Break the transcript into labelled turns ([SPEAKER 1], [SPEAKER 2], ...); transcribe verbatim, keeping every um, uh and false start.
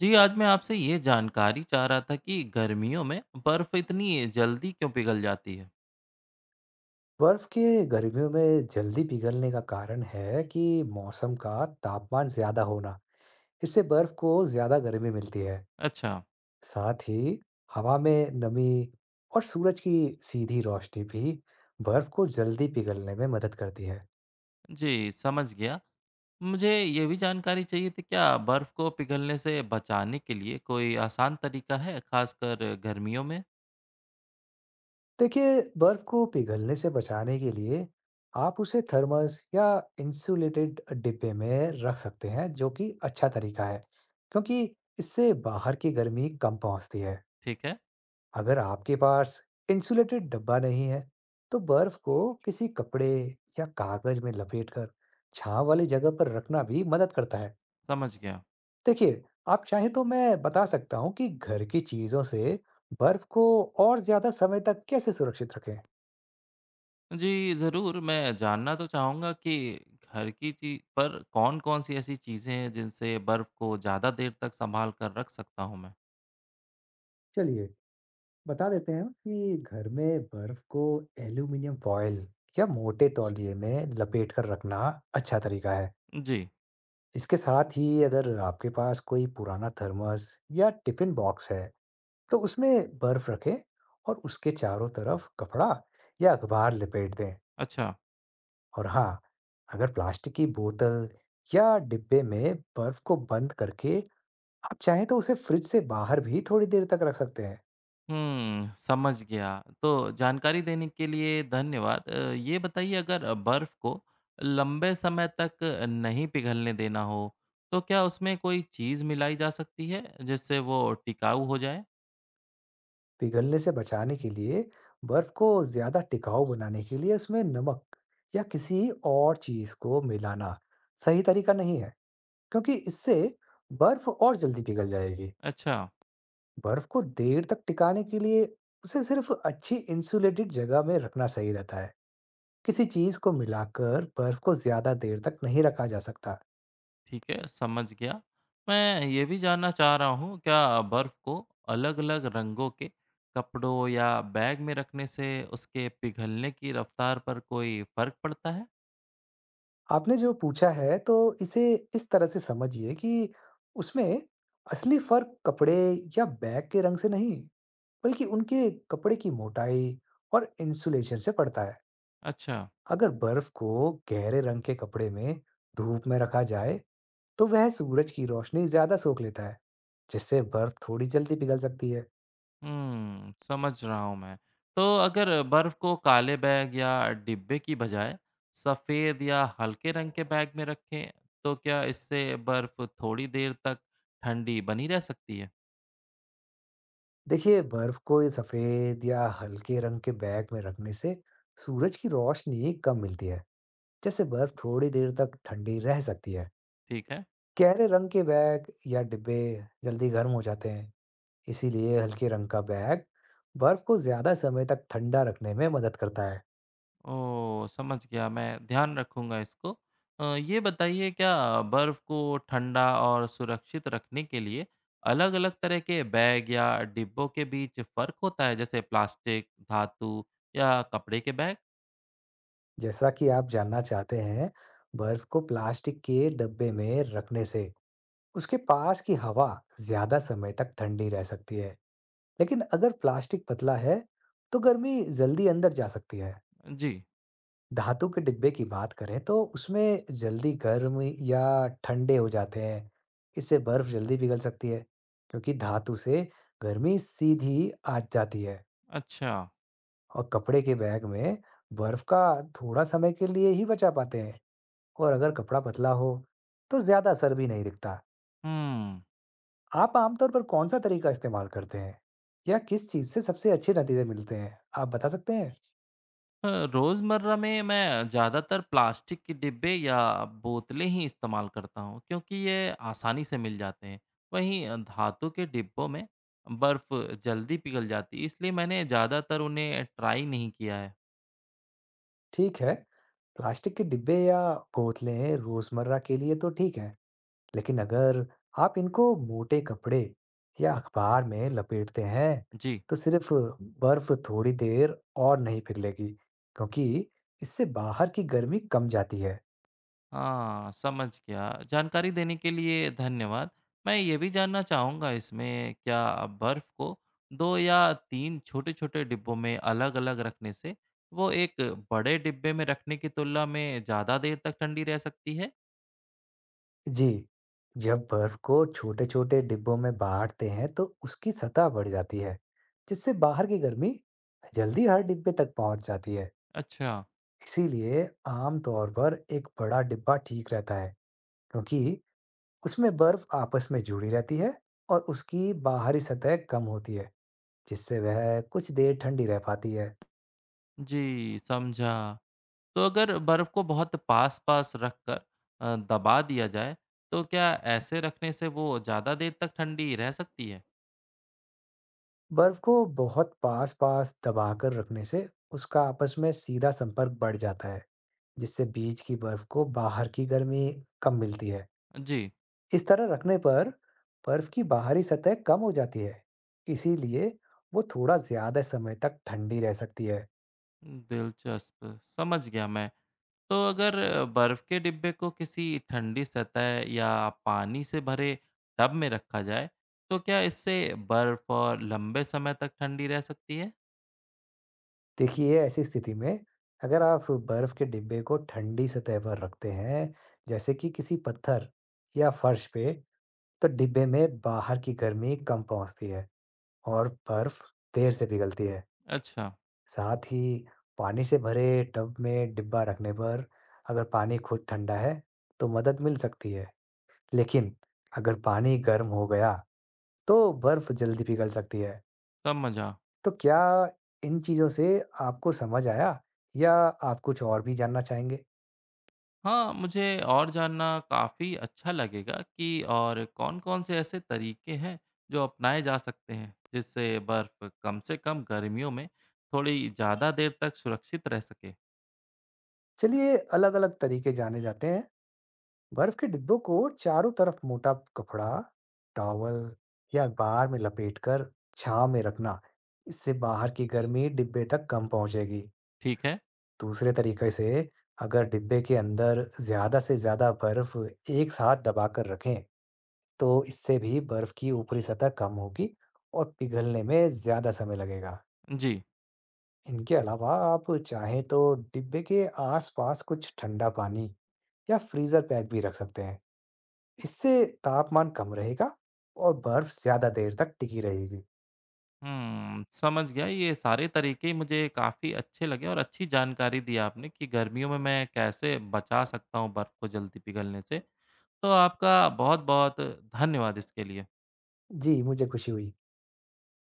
[SPEAKER 1] जी आज मैं आपसे ये जानकारी चाह रहा था कि गर्मियों में बर्फ इतनी जल्दी क्यों पिघल जाती है।
[SPEAKER 2] बर्फ के गर्मियों में जल्दी पिघलने का कारण है कि मौसम का तापमान ज्यादा होना। इससे बर्फ को ज्यादा गर्मी मिलती है।
[SPEAKER 1] अच्छा।
[SPEAKER 2] साथ ही हवा में नमी और सूरज की सीधी रोशनी भी बर्फ को जल्दी पिघलने में मदद करती है।
[SPEAKER 1] जी समझ गया। मुझे ये भी जानकारी चाहिए थी क्या बर्फ को पिघलने से बचाने के लिए कोई आसान तरीका है खासकर गर्मियों में।
[SPEAKER 2] देखिए, बर्फ को पिघलने से बचाने के लिए आप उसे थर्मस या इंसुलेटेड डिब्बे में रख सकते हैं, जो कि अच्छा तरीका है, क्योंकि इससे बाहर की गर्मी कम पहुंचती है।
[SPEAKER 1] ठीक है,
[SPEAKER 2] अगर आपके पास इंसुलेटेड डब्बा नहीं है, तो बर्फ को किसी कपड़े या कागज में लपेटकर छांव वाली जगह पर रखना भी मदद करता है।
[SPEAKER 1] समझ गया।
[SPEAKER 2] देखिए, आप चाहें तो मैं बता सकता हूँ कि घर की चीजों से बर्फ को और ज्यादा समय तक कैसे सुरक्षित रखें।
[SPEAKER 1] जी ज़रूर, मैं जानना तो चाहूँगा कि घर की चीज पर कौन कौन सी ऐसी चीज़ें हैं जिनसे बर्फ को ज़्यादा देर तक संभाल कर रख सकता हूँ मैं।
[SPEAKER 2] चलिए, बता देते हैं कि घर में बर्फ को एल्यूमिनियम फॉयल या मोटे तौलिए में लपेट कर रखना अच्छा तरीका है।
[SPEAKER 1] जी।
[SPEAKER 2] इसके साथ ही अगर आपके पास कोई पुराना थर्मस या टिफिन बॉक्स है, तो उसमें बर्फ रखें और उसके चारों तरफ कपड़ा या अखबार लपेट दें।
[SPEAKER 1] अच्छा।
[SPEAKER 2] और हाँ, अगर प्लास्टिक की बोतल या डिब्बे में बर्फ को बंद करके आप चाहें तो उसे फ्रिज से बाहर भी थोड़ी देर तक रख सकते हैं।
[SPEAKER 1] हुँ, समझ गया। तो जानकारी देने के लिए धन्यवाद। अ, ये बताइए अगर बर्फ़ को लंबे समय तक नहीं पिघलने देना हो, तो क्या उसमें कोई चीज़ मिलाई जा सकती है, जिससे वो टिकाऊ हो जाए?
[SPEAKER 2] पिघलने से बचाने के लिए बर्फ को ज्यादा टिकाऊ बनाने के लिए उसमें नमक या किसी और चीज को मिलाना सही तरीका नहीं है, क्योंकि इससे बर्फ और जल्दी पिघल जाएगी।
[SPEAKER 1] अच्छा।
[SPEAKER 2] बर्फ को देर तक टिकाने के लिए उसे सिर्फ अच्छी इंसुलेटेड जगह में रखना सही रहता है। किसी चीज को मिलाकर बर्फ को ज्यादा देर तक नहीं रखा जा सकता।
[SPEAKER 1] ठीक है, समझ गया। मैं ये भी जानना चाह रहा हूँ, क्या बर्फ़ को अलग-अलग रंगों के कपड़ों या बैग में रखने से उसके पिघलने की रफ़्तार पर कोई फ़र्क पड़ता है?
[SPEAKER 2] आपने जो पूछा है, तो इसे इस तरह से समझिए कि उसमें असली फर्क कपड़े या बैग के रंग से नहीं, बल्कि उनके कपड़े की मोटाई और इंसुलेशन से पड़ता है।
[SPEAKER 1] अच्छा।
[SPEAKER 2] अगर बर्फ को गहरे रंग के कपड़े में धूप में रखा जाए, तो वह सूरज की रोशनी ज्यादा सोख लेता है, जिससे बर्फ थोड़ी जल्दी पिघल सकती है।
[SPEAKER 1] हुँ, समझ रहा हूँ मैं। तो अगर बर्फ़ को काले बैग या डिब्बे की बजाय सफ़ेद या हल्के रंग के बैग में रखें, तो क्या इससे बर्फ़ थोड़ी देर तक ठंडी बनी रह सकती है?
[SPEAKER 2] देखिए, बर्फ को ये सफेद या हल्के रंग के बैग में रखने से सूरज की रोशनी कम मिलती है, जैसे बर्फ थोड़ी देर तक ठंडी रह सकती है।
[SPEAKER 1] ठीक है।
[SPEAKER 2] गहरे रंग के बैग या डिब्बे जल्दी गर्म हो जाते हैं, इसीलिए हल्के रंग का बैग बर्फ को ज्यादा समय तक ठंडा रखने में मदद करता है।
[SPEAKER 1] ओह! समझ गया, मैं ध्यान रखूँगा इसको। अ, ये बताइए क्या बर्फ़ को ठंडा और सुरक्षित रखने के लिए अलग-अलग तरह के बैग या डिब्बों के बीच फ़र्क होता है, जैसे प्लास्टिक, धातु या कपड़े के बैग?
[SPEAKER 2] जैसा कि आप जानना चाहते हैं, बर्फ को प्लास्टिक के डब्बे में रखने से उसके पास की हवा ज्यादा समय तक ठंडी रह सकती है, लेकिन अगर प्लास्टिक पतला है, तो गर्मी जल्दी अंदर जा सकती है।
[SPEAKER 1] जी।
[SPEAKER 2] धातु के डिब्बे की बात करें तो उसमें जल्दी गर्म या ठंडे हो जाते हैं। इससे बर्फ जल्दी पिघल सकती है, क्योंकि धातु से गर्मी सीधी आ जाती है।
[SPEAKER 1] अच्छा।
[SPEAKER 2] और कपड़े के बैग में बर्फ का थोड़ा समय के लिए ही बचा पाते हैं, और अगर कपड़ा पतला हो तो ज्यादा असर भी नहीं दिखता।
[SPEAKER 1] हुँ।
[SPEAKER 2] आप आमतौर पर कौन-सा तरीका इस्तेमाल करते हैं? या किस चीज़ से सबसे अच्छे नतीजे मिलते हैं? आप बता सकते हैं?
[SPEAKER 1] अ, रोज़मर्रा में मैं ज़्यादातर प्लास्टिक के डिब्बे या बोतलें ही इस्तेमाल करता हूँ क्योंकि ये आसानी से मिल जाते हैं। वहीं अ, धातु के डिब्बों में बर्फ़ जल्दी पिघल जाती है इसलिए मैंने ज़्यादातर उन्हें ट्राई नहीं किया है।
[SPEAKER 2] ठीक है, प्लास्टिक के डिब्बे या बोतलें रोज़मर्रा के लिए तो ठीक है, लेकिन अगर आप इनको मोटे कपड़े या अखबार में लपेटते हैं,
[SPEAKER 1] जी।
[SPEAKER 2] तो सिर्फ बर्फ़ थोड़ी देर और नहीं पिघलेगी, क्योंकि इससे बाहर की गर्मी कम जाती है।
[SPEAKER 1] हाँ, समझ गया। जानकारी देने के लिए धन्यवाद। मैं ये भी जानना चाहूँगा इसमें क्या बर्फ़ को दो या तीन छोटे-छोटे डिब्बों में अलग-अलग रखने से वो एक बड़े डिब्बे में रखने की तुलना में ज़्यादा देर तक ठंडी रह सकती है?
[SPEAKER 2] जी, जब बर्फ को छोटे-छोटे डिब्बों में बाँटते हैं तो उसकी सतह बढ़ जाती है, जिससे बाहर की गर्मी जल्दी हर डिब्बे तक पहुंच जाती है।
[SPEAKER 1] अच्छा।
[SPEAKER 2] इसीलिए आम तौर पर एक बड़ा डिब्बा ठीक रहता है, क्योंकि उसमें बर्फ आपस में जुड़ी रहती है और उसकी बाहरी सतह कम होती है, जिससे वह कुछ देर ठंडी रह पाती है।
[SPEAKER 1] जी समझा। तो अगर बर्फ़ को बहुत पास-पास रखकर अ, दबा दिया जाए तो क्या ऐसे रखने से वो ज़्यादा देर तक ठंडी रह सकती है?
[SPEAKER 2] बर्फ को बहुत पास-पास दबाकर रखने से उसका आपस में सीधा संपर्क बढ़ जाता है, जिससे बीच की बर्फ को बाहर की गर्मी कम मिलती है।
[SPEAKER 1] जी।
[SPEAKER 2] इस तरह रखने पर बर्फ की बाहरी सतह कम हो जाती है, इसीलिए वो थोड़ा ज़्यादा समय तक ठंडी रह सकती है।
[SPEAKER 1] दिलचस्प, समझ गया मैं। तो अगर बर्फ के डिब्बे को किसी ठंडी सतह या पानी से भरे टब में रखा जाए तो क्या इससे बर्फ और लंबे समय तक ठंडी रह सकती है?
[SPEAKER 2] देखिए, ऐसी स्थिति में अगर आप बर्फ के डिब्बे को ठंडी सतह पर रखते हैं, जैसे कि किसी पत्थर या फर्श पे, तो डिब्बे में बाहर की गर्मी कम पहुंचती है और बर्फ देर से पिघलती है।
[SPEAKER 1] अच्छा।
[SPEAKER 2] साथ ही पानी से भरे टब में डिब्बा रखने पर अगर पानी खुद ठंडा है, तो मदद मिल सकती है, लेकिन अगर पानी गर्म हो गया, तो बर्फ जल्दी पिघल सकती है।
[SPEAKER 1] समझा।
[SPEAKER 2] तो क्या इन चीजों से आपको समझ आया, या आप कुछ और भी जानना चाहेंगे?
[SPEAKER 1] हाँ मुझे और जानना काफ़ी अच्छा लगेगा कि और कौन-कौन से ऐसे तरीके हैं जो अपनाए जा सकते हैं जिससे बर्फ कम से कम गर्मियों में थोड़ी ज़्यादा देर तक सुरक्षित रह सके।
[SPEAKER 2] चलिए, अलग-अलग तरीके जाने जाते हैं। बर्फ के डिब्बों को चारों तरफ मोटा कपड़ा, टॉवल या अखबार में लपेटकर छांव में रखना, इससे बाहर की गर्मी डिब्बे तक कम पहुंचेगी।
[SPEAKER 1] ठीक है।
[SPEAKER 2] दूसरे तरीके से, अगर डिब्बे के अंदर ज़्यादा से ज़्यादा बर्फ एक साथ दबाकर रखें, तो इससे भी बर्फ की ऊपरी सतह कम होगी और पिघलने में ज़्यादा समय लगेगा।
[SPEAKER 1] जी।
[SPEAKER 2] इनके अलावा आप चाहें तो डिब्बे के आसपास कुछ ठंडा पानी या फ्रीज़र पैक भी रख सकते हैं। इससे तापमान कम रहेगा और बर्फ ज़्यादा देर तक टिकी रहेगी।
[SPEAKER 1] हुँ, समझ गया। ये सारे तरीके मुझे काफ़ी अच्छे लगे और अच्छी जानकारी दी आपने कि गर्मियों में मैं कैसे बचा सकता हूँ बर्फ़ को जल्दी पिघलने से। तो आपका बहुत-बहुत धन्यवाद इसके लिए।
[SPEAKER 2] जी, मुझे खुशी हुई।